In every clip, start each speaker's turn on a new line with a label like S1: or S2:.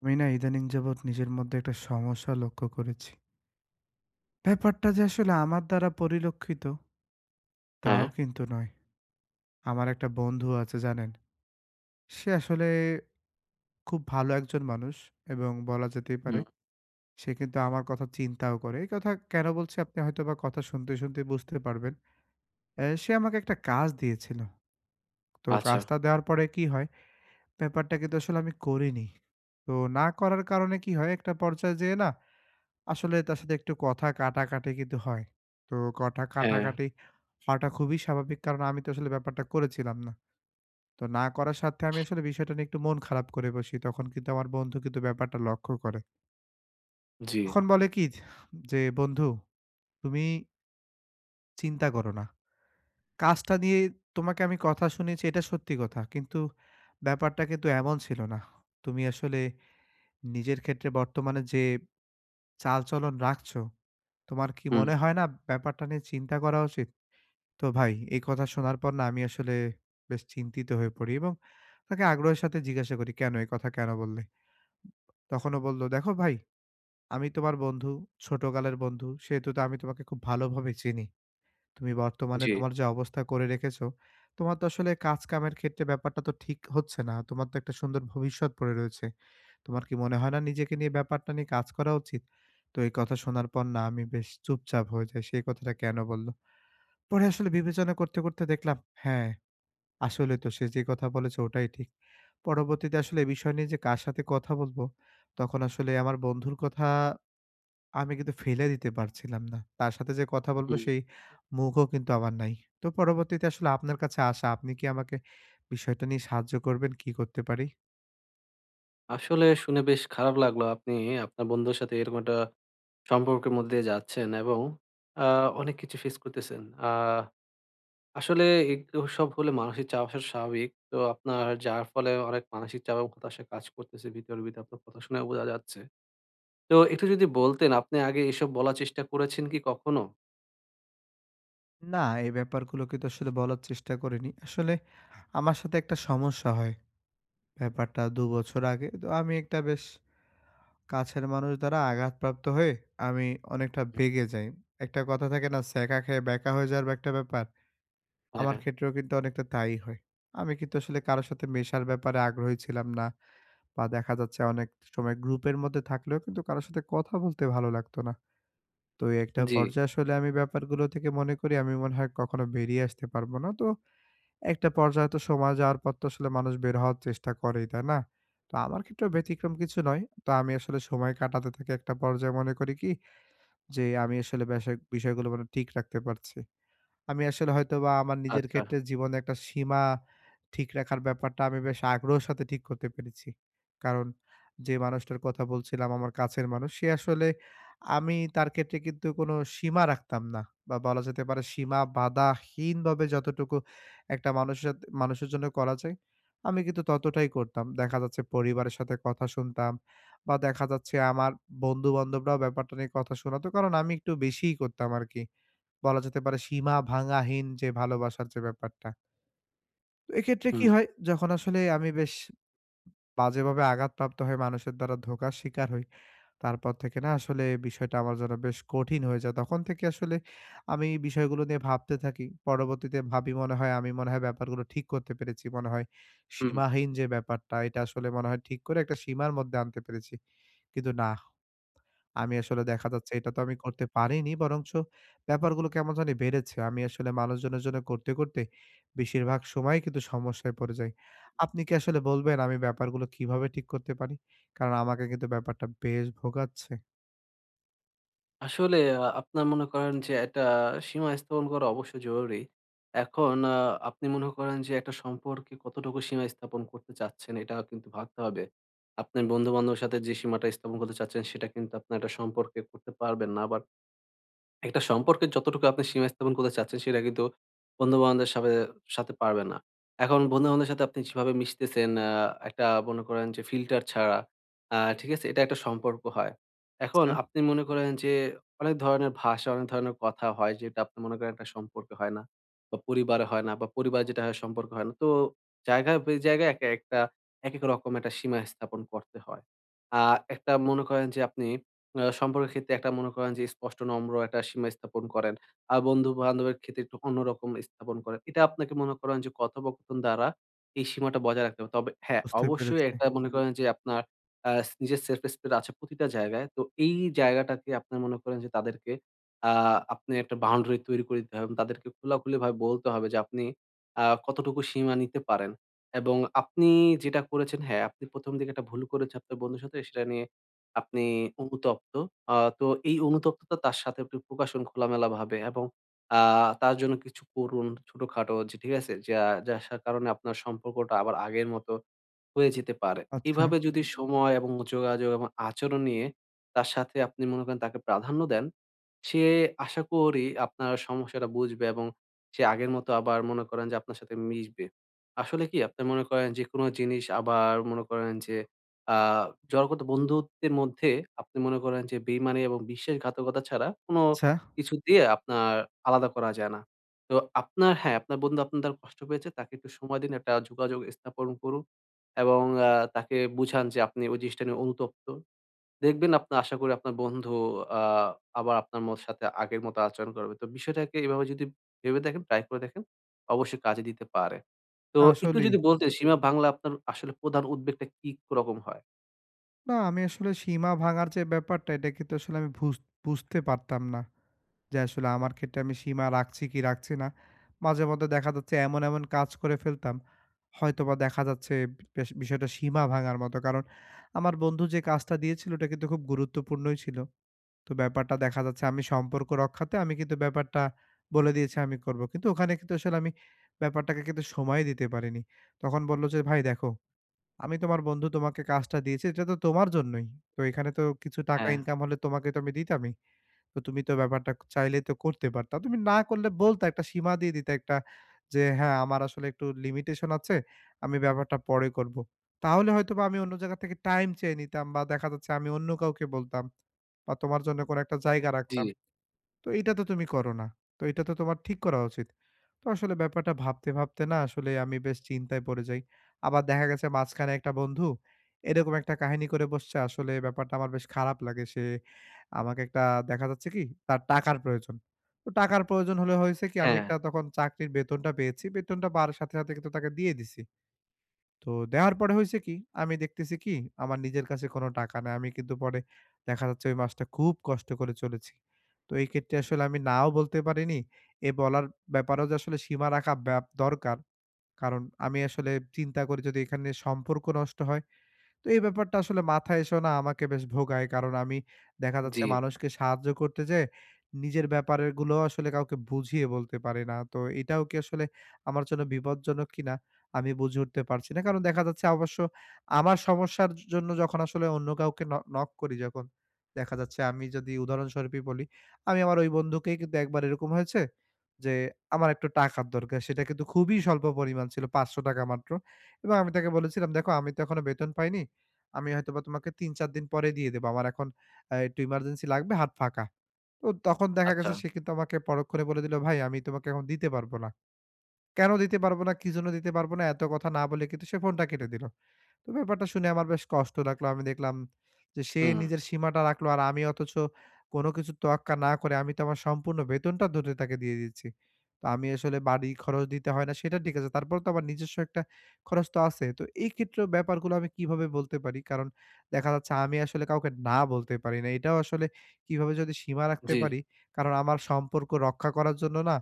S1: আমি না ইদানিং যাবৎ নিজের মধ্যে একটা সমস্যা লক্ষ্য করেছি। ব্যাপারটা যে আসলে আমার দ্বারা পরিলক্ষিত তাও
S2: হ্যাঁ,
S1: কিন্তু নয়। আমার একটা বন্ধু আছে জানেন? সে আসলে খুব ভালো একজন মানুষ এবং বলা যেতেই পারে
S2: হুম,
S1: সে কিন্তু আমার কথা চিন্তাও করে। এই কথা কেন বলছি আপনি হয়তোবা কথা শুনতে, শুনতে বুঝতে পারবেন। সে আমাকে একটা কাজ দিয়েছিল। তো
S2: আচ্ছা।
S1: কাজটা দেওয়ার পরে কি হয়? ব্যাপারটা কিন্তু আসলে আমি করিনি। তো না করার কারণে কি হয়? একটা পর্যায়ে যেয়ে না আসলে তার সাথে একটু কথা কাটাকাটি কিন্তু হয়। তো কথা
S2: হ্যাঁ,
S1: কাটাকাটি হওয়াটা খুবই স্বাভাবিক। কারণ আমি তো আসলে ব্যাপারটা করেছিলাম না। তো না করার স্বার্থে আমি আসলে বিষয়টা নিয়ে একটু মন খারাপ করে বসি। তখন কিন্তু আমার বন্ধু কিন্তু ব্যাপারটা লক্ষ্য করে।
S2: জি,
S1: তখন বলে কি যে, "বন্ধু তুমি চিন্তা করো না। কাজটা নিয়ে তোমাকে আমি কথা শুনিয়েছি এটা সত্যি কথা। কিন্তু ব্যাপারটা কিন্তু এমন ছিল না। তুমি আসলে নিজের ক্ষেত্রে বর্তমানে যে চালচলন রাখছো, তোমার কি
S2: হুম,
S1: মনে হয় না ব্যাপারটা নিয়ে চিন্তা করা উচিত?" তো ভাই এই কথা শোনার পর না আমি আসলে বেশ চিন্তিত হয়ে পড়ি এবং তাকে আগ্রহের সাথে জিজ্ঞাসা করি, "কেন? এই কথা কেন বললে?" তখনও বলল, "দেখো ভাই, আমি তোমার বন্ধু, ছোটকালের বন্ধু। সেহেতু তো আমি তোমাকে খুব ভালোভাবে চিনি। তুমি বর্তমানে
S2: জি,
S1: তোমার যে অবস্থা করে রেখেছো, তোমার তো আসলে কাজকামের ক্ষেত্রে ব্যাপারটা তো ঠিক হচ্ছে না। তোমার তো একটা সুন্দর ভবিষ্যৎ পড়ে রয়েছে। তোমার কি মনে হয় না নিজেকে নিয়ে ব্যাপারটা নিয়ে কাজ করা উচিত?" তো এই কথা শোনার পর না আমি বেশ চুপচাপ হয়ে যাই। সে কথাটা কেন বলল? পরে আসলে বিবেচনা করতে, করতে দেখলাম, হ্যাঁ আসলে তো সে যে কথা বলেছে ওটাই ঠিক। পরবর্তীতে আসলে এই বিষয় নিয়ে যে কার সাথে কথা বলব, তখন আসলে আমার বন্ধুর কথা আমি কিন্তু ফেলে দিতে পারছিলাম না। তার সাথে যে কথা বলব
S2: হুম।
S1: সেই মুখও কিন্তু আমার নাই। তো পরবর্তীতে আসলে আপনার কাছে আসা, আপনি কি আমাকে বিষয়টা নিয়ে সাহায্য করবেন? কি করতে পারি?
S2: আসলে শুনে বেশ খারাপ লাগলো। আপনি আপনার বন্ধুর সাথে এরকম একটা সম্পর্কের মধ্যে দিয়ে যাচ্ছেন এবং আ অনেক কিছু ফেস করতেছেন। আসলে এসব হলে মানসিক চাপ আসা স্বাভাবিক। তো আপনার যার ফলে অনেক মানসিক চাপ এবং হতাশা কাজ করতেছে ভিতরে আপনার কথা শুনে বোঝা যাচ্ছে। তো একটু যদি বলতেন আপনি আগে এসব বলার চেষ্টা করেছেন কি কখনো?
S1: না, এই ব্যাপারগুলো কিন্তু আসলে বলার চেষ্টা করিনি। আসলে আমার সাথে একটা সমস্যা হয়। ব্যাপারটা ২ বছর আগে। তো আমি একটা বেশ কাছের মানুষ দ্বারা আঘাতপ্রাপ্ত হয়ে আমি অনেকটা বেঁকে যাই। একটা কথা থাকে না ছ্যাঁকা খেয়ে ব্যাকা হয়ে যাওয়ার একটা ব্যাপার? আমার
S2: হ্যাঁ,
S1: ক্ষেত্রেও কিন্তু অনেকটা তাই হয়। আমি কিন্তু আসলে কারো সাথে মেশার ব্যাপারে আগ্রহী ছিলাম না বা দেখা যাচ্ছে অনেক সময় গ্রুপের মধ্যে থাকলেও কিন্তু কারো সাথে কথা বলতে ভালো লাগতো না। তো এই একটা
S2: জি,
S1: পর্যায়ে আসলে আমি ব্যাপারগুলো থেকে মনে করি আমি মনে হয় কখনো বেরিয়ে আসতে পারবো না। তো একটা পর্যায়ে তো সময় যাওয়ার পর তো আসলে মানুষ বের হওয়ার চেষ্টা করেই, তাই না? তো আমার ক্ষেত্রেও ব্যতিক্রম কিছু নয়। তো আমি আসলে সময় কাটাতে থাকি একটা পর্যায়ে মনে করি কি যে, আমি আসলে বেসা বিষয়গুলো মানে ঠিক রাখতে পারছি। আমি আসলে হয়তোবা আমার নিজের
S2: আচ্ছা,
S1: ক্ষেত্রে জীবনে একটা সীমা ঠিক রাখার ব্যাপারটা আমি বেশ আগ্রহের সাথে ঠিক করতে পেরেছি। কারণ যে মানুষটার কথা বলছিলাম আমার কাছের মানুষ, সে আসলে আমি তার ক্ষেত্রে কিন্তু কোনো সীমা রাখতাম না। বা বলা যেতে পারে সীমা বাধাহীনভাবে যতটুকু একটা মানুষের সাথে মানুষের জন্য করা যায়, আমি কিন্তু ততটাই করতাম। দেখা যাচ্ছে পরিবারের সাথে কথা শুনতাম বা দেখা যাচ্ছে আমার বন্ধু-বান্ধবরাও ব্যাপারটা নিয়ে কথা শোনাতো। কারণ আমি একটু বেশিই করতাম আরকি। বলা যেতে পারে সীমা ভাঙাহীন যে ভালোবাসার যে ব্যাপারটা। তো এক্ষেত্রে
S2: হুম,
S1: কি হয়? যখন আসলে আমি বেশ বাজেভাবে আঘাতপ্রাপ্ত হয়ে মানুষের দ্বারা ধোঁকার শিকার হই, তারপর থেকে না আসলে বিষয়টা আমার জন্য বেশ কঠিন হয়ে যায়। তখন থেকে আসলে আমি এই বিষয়গুলো নিয়ে ভাবতে থাকি। পরবর্তীতে ভাবি মনে হয় আমি মনে হয় ব্যাপারগুলো ঠিক করতে পেরেছি। মনে হয়
S2: হুম।
S1: সীমাহীন যে ব্যাপারটা এটা আসলে মনে হয় ঠিক করে একটা সীমার মধ্যে আনতে পেরেছি। কিন্তু না। আমি আসলে দেখা যাচ্ছে এটা তো আমি করতে পারিনি। বরঞ্চ ব্যাপারগুলো কেমন জানি বেড়েছে। আমি আসলে মানুষজনের জন্য করতে, করতে বেশিরভাগ সময় কিন্তু সমস্যায় পড়ে যাই। আপনি কি আসলে বলবেন আমি ব্যাপারগুলো কিভাবে ঠিক করতে পারি? কারণ আমাকে কিন্তু ব্যাপারটা বেশ ভোগাচ্ছে।
S2: আসলে আপনার মনে করেন যে একটা সীমা স্থাপন করা অবশ্যই জরুরি। এখন আপনি মনে করেন যে একটা সম্পর্কে কতটুকু সীমা স্থাপন করতে চাচ্ছেন এটা কিন্তু ভাবতে হবে। আপনার বন্ধু-বান্ধবের সাথে যে সীমাটা স্থাপন করতে চাচ্ছেন সেটা কিন্তু আপনার একটা সম্পর্কে করতে পারবেন না। আবার একটা সম্পর্কের যতটুকু আপনি সীমা স্থাপন করতে চাচ্ছেন সেটা কিন্তু বন্ধু-বান্ধবের সাথে পারবেন না। এখন বন্ধু-বান্ধবের সাথে আপনি যেভাবে মিশতেছেন একটা মনে করেন যে ফিল্টার ছাড়া, ঠিক আছে? এটা একটা সম্পর্ক হয়। এখন
S1: আচ্ছা।
S2: আপনি মনে করেন যে অনেক ধরনের ভাষা, অনেক ধরনের কথা হয় যেটা আপনি মনে করেন একটা সম্পর্কে হয় না বা পরিবারে হয় না বা পরিবারে যেটা হয় সম্পর্কে হয় না। তো জায়গায় একেকটা একেক রকম একটা সীমা স্থাপন করতে হয়। আ একটা মনে করেন যে আপনি সম্পর্কের ক্ষেত্রে একটা মনে করেন যে স্পষ্ট নম্র একটা সীমা স্থাপন করেন। আর বন্ধু-বান্ধবের ক্ষেত্রে একটু অন্যরকম স্থাপন করেন। এটা আপনাকে মনে করেন যে কথোপকথন দ্বারা এই সীমাটা বজায় রাখতে হবে। তবে হ্যাঁ,
S1: বুঝতে
S2: অবশ্যই
S1: পেরেছি।
S2: একটা মনে করেন যে আপনার আ নিজের সেলফ রেসপেক্ট আছে প্রতিটা জায়গায়। তো এই জায়গাটাকে আপনার মনে করেন যে তাদেরকে আ আপনি একটা বাউন্ডারি তৈরি করে দিতে হবে এবং তাদেরকে খোলাখুলিভাবে বলতে হবে যে আপনি কতটুকু সীমা নিতে পারেন। এবং আপনি যেটা করেছেন হ্যাঁ, আপনি ১ম দিকে একটা ভুল করেছেন আপনার বন্ধুর সাথে সেটা নিয়ে আপনি অনুতপ্ত। আ তো এই অনুতপ্ততা তার সাথে একটু প্রকাশন খোলামেলাভাবে এবং আ তার জন্য কিছু করুন ছোটখাটো যে ঠিক আছে? যা যার সা কারণে আপনার সম্পর্কটা আবার আগের মতো হয়ে যেতে পারে।
S1: আচ্ছা,
S2: এভাবে যদি হুম। সময় এবং যোগাযোগ এবং আচরণ নিয়ে তার সাথে আপনি মনে করেন তাকে প্রাধান্য দেন, সে আশা করি আপনার সমস্যাটা বুঝবে এবং সে আগের মতো আবার মনে করেন যে আপনার সাথে মিশবে। আসলে কি আপনি মনে করেন যেকোনো জিনিস আবার মনে করেন যে আ জড়গত বন্ধুত্বের মধ্যে আপনি মনে করেন যে বেইমানি এবং বিশ্বাসঘাতকতা ছাড়া কোনো
S1: আচ্ছা।
S2: কিছু দিয়ে আপনার আলাদা করা যায় না। তো আপনার হ্যাঁ, আপনার বন্ধু আপনার দ্বারা কষ্ট পেয়েছে, তাকে একটু সময় দিন, একটা যোগাযোগ স্থাপন করুন। এবং তাকে বুঝান যে আপনি ওই জিনিসটা নিয়ে অনুতপ্ত। দেখবেন আপনার আশা করি আপনার বন্ধু আ আবার আপনার মত সাথে আগের মতো আচরণ করবে। তো বিষয়টাকে এভাবে যদি ভেবে দেখেন, ট্রাই করে দেখেন, অবশ্যই কাজে দিতে পারে। তো
S1: না
S2: একটু
S1: আসলেই।
S2: যদি বলতেন সীমা ভাঙলে আপনার আসলে প্রধান উদ্বেগটা কি রকম হয়?
S1: না আমি আসলে সীমা ভাঙার যে ব্যাপারটা এটা কিন্তু আসলে আমি বুঝতে পারতাম না। যে আসলে আমার ক্ষেত্রে আমি সীমা রাখছি কি রাখছি না। মাঝেমধ্যে দেখা যাচ্ছে এমন, এমন কাজ করে ফেলতাম, হয়তোবা দেখা যাচ্ছে বেশ বিষয়টা সীমা ভাঙার মতো। কারণ আমার বন্ধু যে কাজটা দিয়েছিল ওটা কিন্তু খুব গুরুত্বপূর্ণই ছিল। তো ব্যাপারটা দেখা যাচ্ছে আমি সম্পর্ক রক্ষাতে আমি কিন্তু ব্যাপারটা বলে দিয়েছি আমি করব। কিন্তু ওখানে কিন্তু আসলে আমি ব্যাপারটাকে কিন্তু সময় দিতে পারিনি। তখন বলল যে, "ভাই দেখো, আমি তোমার বন্ধু তোমাকে কাজটা দিয়েছি, এটা তো তোমার জন্যই। তো এখানে তো কিছু টাকা
S2: হ্যাঁ,
S1: ইনকাম হলে তোমাকে তো আমি দিতামই।" তো তুমি তো ব্যাপারটা চাইলেই তো করতে পারতা। তুমি না করলে বলতা, একটা সীমা দিয়ে দিতে একটা যে, "হ্যাঁ, আমার আসলে একটু লিমিটেশন আছে। আমি ব্যাপারটা পরে করব।" তাহলে হয়তোবা আমি অন্য জায়গা থেকে টাইম চেয়ে নিতাম বা দেখা যাচ্ছে আমি অন্য কাউকে বলতাম বা তোমার জন্য কোনো একটা জায়গা
S2: জি,
S1: রাখতাম। তো এইটা তো তুমি করো না। তো এটা তো তোমার ঠিক করা উচিত। তো আসলে ব্যাপারটা ভাবতে, ভাবতে না আসলে আমি বেশ চিন্তায় পড়ে যাই। আবার দেখা গেছে মাঝখানে একটা বন্ধু এরকম একটা কাহিনী করে বসছে। আসলে ব্যাপারটা আমার বেশ খারাপ লাগে। সে আমাকে একটা দেখা যাচ্ছে কি তার টাকার প্রয়োজন। তো টাকার প্রয়োজন হলে হয়েছে কি আমি
S2: হ্যাঁ,
S1: একটা তখন চাকরির বেতনটা পেয়েছি। বেতনটা পাওয়ার সাথে, সাথে কিন্তু তাকে দিয়ে দিছি। তো দেওয়ার পরে হইছে কি? আমি দেখতেছি কি? আমার নিজের কাছে কোনো টাকা নাই। আমি কিন্তু পরে দেখা যাচ্ছে ওই মাসটা খুব কষ্ট করে চলেছি। তো এই ক্ষেত্রে আসলে আমি নাও বলতে পারিনি। এ বলার ব্যাপারেও যে আসলে সীমা রাখা ব্যাপ দরকার। কারণ আমি আসলে চিন্তা করি যদি এখানে সম্পর্ক নষ্ট হয় তো এই ব্যাপারটা আসলে মাথায় এসেও না আমাকে বেশ ভোগায়। কারণ আমি দেখা যাচ্ছে
S2: জি,
S1: মানুষকে সাহায্য করতে যেয়ে নিজের ব্যাপারের গুলোও আসলে কাউকে বুঝিয়ে বলতে পারি না। তো এটাও কি আসলে আমার জন্য বিপজ্জনক কিনা আমি বুঝে উঠতে পারছি না। কারণ দেখা যাচ্ছে অবশ্য আমার সমস্যার জন্য যখন আসলে অন্য কাউকে নক করি যখন, দেখা যাচ্ছে আমি যদি উদাহরণস্বরূপই বলি, আমি আমার ওই বন্ধুকেই কিন্তু একবার এরকম হয়েছে যে আমার একটু টাকার দরকার। সেটা কিন্তু খুবই স্বল্প পরিমাণ ছিল ৳৫০০ মাত্র। এবং আমি তাকে বলেছিলাম, "দেখো আমি তো এখনো বেতন পাইনি। আমি হয়তোবা তোমাকে ৩-৪ দিন পরে দিয়ে দেব। আমার এখন একটু ইমার্জেন্সি লাগবে, হাত ফাঁকা। তো তখন দেখা
S2: আচ্ছা।
S1: গেছে সে কিন্তু আমাকে পরক্ষণে বলে দিল, "ভাই আমি তোমাকে এখন দিতে পারব না।" কেন দিতে পারব না, কি জন্য দিতে পারব না এত কথা না বলে কিন্তু সে ফোনটা কেটে দিল। তো ব্যাপারটা শুনে আমার বেশ কষ্ট লাগলো। আমি দেখলাম যে সে
S2: হুম,
S1: নিজের সীমাটা রাখলো আর আমি অথচ কোনো কিছুর তোয়াক্কা না করে আমি তো আমার সম্পূর্ণ বেতনটা ধরে তাকে দিয়ে দিচ্ছি। তো আমি আসলে বাড়ি খরচ দিতে হয় না সেটা ঠিক আছে। তারপরেও তো আমার নিজস্ব একটা খরচ তো আছে। তো এই ক্ষেত্রেও ব্যাপারগুলো আমি কিভাবে বলতে পারি? কারণ দেখা যাচ্ছে আমি আসলে কাউকে না বলতে পারি না। এটাও আসলে কিভাবে যদি সীমা রাখতে
S2: জি।
S1: পারি? কারণ আমার সম্পর্ক রক্ষা করার জন্য না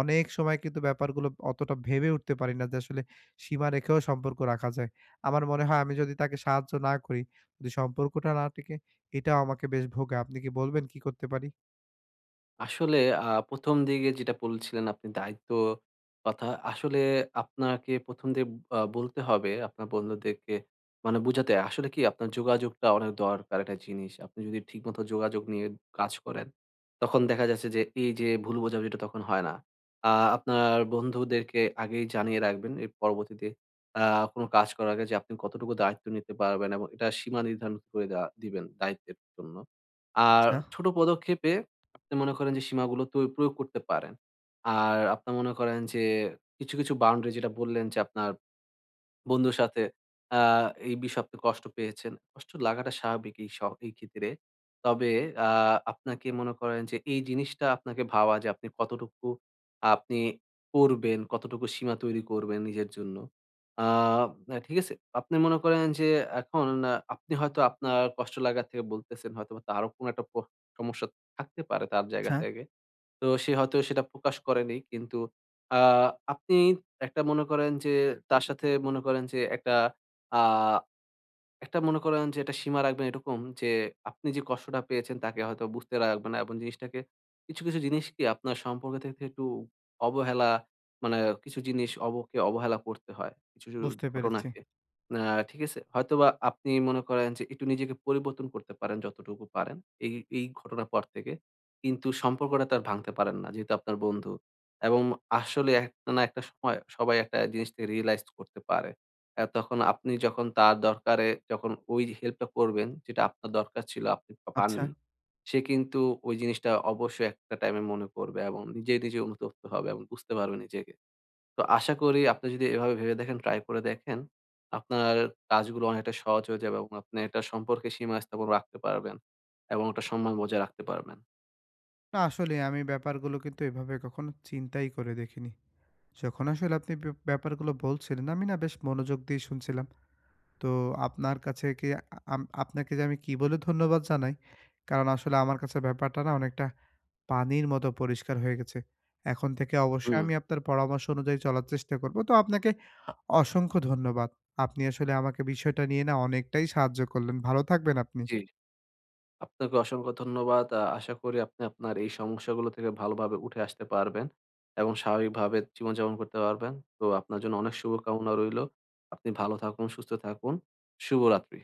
S1: অনেক সময় কিন্তু ব্যাপারগুলো অতটা ভেবে উঠতে পারি না যে আসলে সীমা রেখেও সম্পর্ক রাখা যায়। আমার মনে হয় আমি যদি তাকে সাহায্য না করি, যদি সম্পর্কটা না টিকে, এটাও আমাকে বেশ ভোগে। আপনি কি বলবেন কি করতে পারি?
S2: আসলে আ ১ম দিকে যেটা বলছিলেন আপনি দায়িত্ব কথা। আসলে আপনাকে ১ম দিয়ে বলতে হবে আপনার বন্ধুদেরকে মানে বুঝাতে আসলে কি আপনার যোগাযোগটা অনেক দরকার একটা জিনিস। আপনি যদি ঠিকমতো যোগাযোগ নিয়ে কাজ করেন, তখন দেখা যাচ্ছে যে এই যে ভুল বোঝাবুঝিটা তখন হয় না। আ আপনার বন্ধুদেরকে আগেই জানিয়ে রাখবেন এর পরবর্তীতে আ কোন কাজ করার আগে যে আপনি কতটুকু দায়িত্ব নিতে পারবেন এবং এটা সীমা নির্ধারণ করে দেওয়া দিবেন দায়িত্বের জন্য। আর
S1: আচ্ছা,
S2: ছোট পদক্ষেপে আপনি মনে করেন যে সীমাগুলো তো প্রয়োগ করতে পারেন। আর আপনার মনে করেন যে কিছু বাউন্ডারি যেটা বললেন যে আপনার বন্ধুর সাথে আ এই বিষয়ে আপনি কষ্ট পেয়েছেন। কষ্ট লাগাটা স্বাভাবিক এই ক্ষেত্রে। তবে আ আপনাকে মনে করেন যে এই জিনিসটা আপনাকে ভাবা যে আপনি কতটুকু আপনি করবেন, কতটুকু সীমা তৈরি করবেন নিজের জন্য। আ আ ঠিক আছে? আপনি মনে করেন যে এখন আপনি হয়তো আপনার কষ্ট লাগা থেকে বলতেছেন হয়তোবা তারও কোনো একটা প সমস্যা থাকতে পারে তার জায়গা
S1: আচ্ছা।
S2: থেকে। তো সে হয়তো সেটা প্রকাশ করেনি। কিন্তু আ আপনি একটা মনে করেন যে তার সাথে মনে করেন যে আ একটা সীমা রাখবেন এরকম যে আপনি যে কষ্টটা পেয়েছেন তাকে হয়তো বুঝতে রাখবেন না এবং জিনিসটাকে কিছু জিনিস কি আপনার সম্পর্ক থেকে একটু অবহেলা মানে কিছু জিনিস অবকে অবহেলা করতে হয়। কিছু কিছু
S1: বুঝতে পেরেছি।
S2: ঘটনাকে। আ ঠিক আছে? হয়তোবা আপনি মনে করেন যে একটু নিজেকে পরিবর্তন করতে পারেন যতটুকু পারেন। এই, এই ঘটনার পর থেকে। কিন্তু সম্পর্কটা তো আর ভাঙতে পারেন না যেহেতু আপনার বন্ধু। এবং আসলে একটা না একটা সময় সবাই একটা জিনিস থেকে রিয়ালাইজ করতে পারে। অ্যা তখন আপনি যখন তার দরকারে যখন ওই হেল্পটা করবেন, যেটা আপনার দরকার ছিল আপনি
S1: আচ্ছা।
S2: পাননি। সে কিন্তু ওই জিনিসটা অবশ্যই একটা টাইমে মনে করবে এবং নিজে অনুতপ্ত হবে এবং বুঝতে পারবে নিজেকে। তো আশা করি আপনি যদি এভাবে ভেবে দেখেন, ট্রাই করে দেখেন, আপনার কাজগুলো অনেকটা সহজ হয়ে যাবে এবং আপনি একটা সম্পর্কে সীমা স্থাপন রাখতে পারবেন এবং ওটা সম্মান বজায় রাখতে পারবেন।
S1: না আসলে আমি ব্যাপারগুলো কিন্তু এভাবে কখনো চিন্তাই করে দেখিনি। যখন আসলে আপনি ব্যাপারগুলো বলছিলেন, আমি না বেশ মনোযোগ দিয়ে শুনছিলাম। তো আপনার কাছে কি আপনাকে যে আমি কি বলে ধন্যবাদ জানাই? কারণ আসলে আমার কাছে ব্যাপারটা না অনেকটা পানির মতো পরিষ্কার হয়ে গেছে। এখন থেকে অবশ্যই
S2: হুম,
S1: আমি আপনার পরামর্শ অনুযায়ী চলার চেষ্টা করব। তো আপনাকে অসংখ্য ধন্যবাদ। আপনি আসলে আমাকে বিষয়টা নিয়ে না অনেকটাই সাহায্য করলেন। ভালো থাকবেন আপনি।
S2: জি। আপনাকে অসংখ্য ধন্যবাদ। আশা করি আপনি আপনার এই সমস্যাগুলো থেকে ভালোভাবে উঠে আসতে পারবেন এবং স্বাভাবিকভাবে জীবনযাপন করতে পারবেন। তো আপনার জন্য অনেক শুভকামনা রইলো। আপনি ভালো থাকুন, সুস্থ থাকুন। শুভরাত্রি।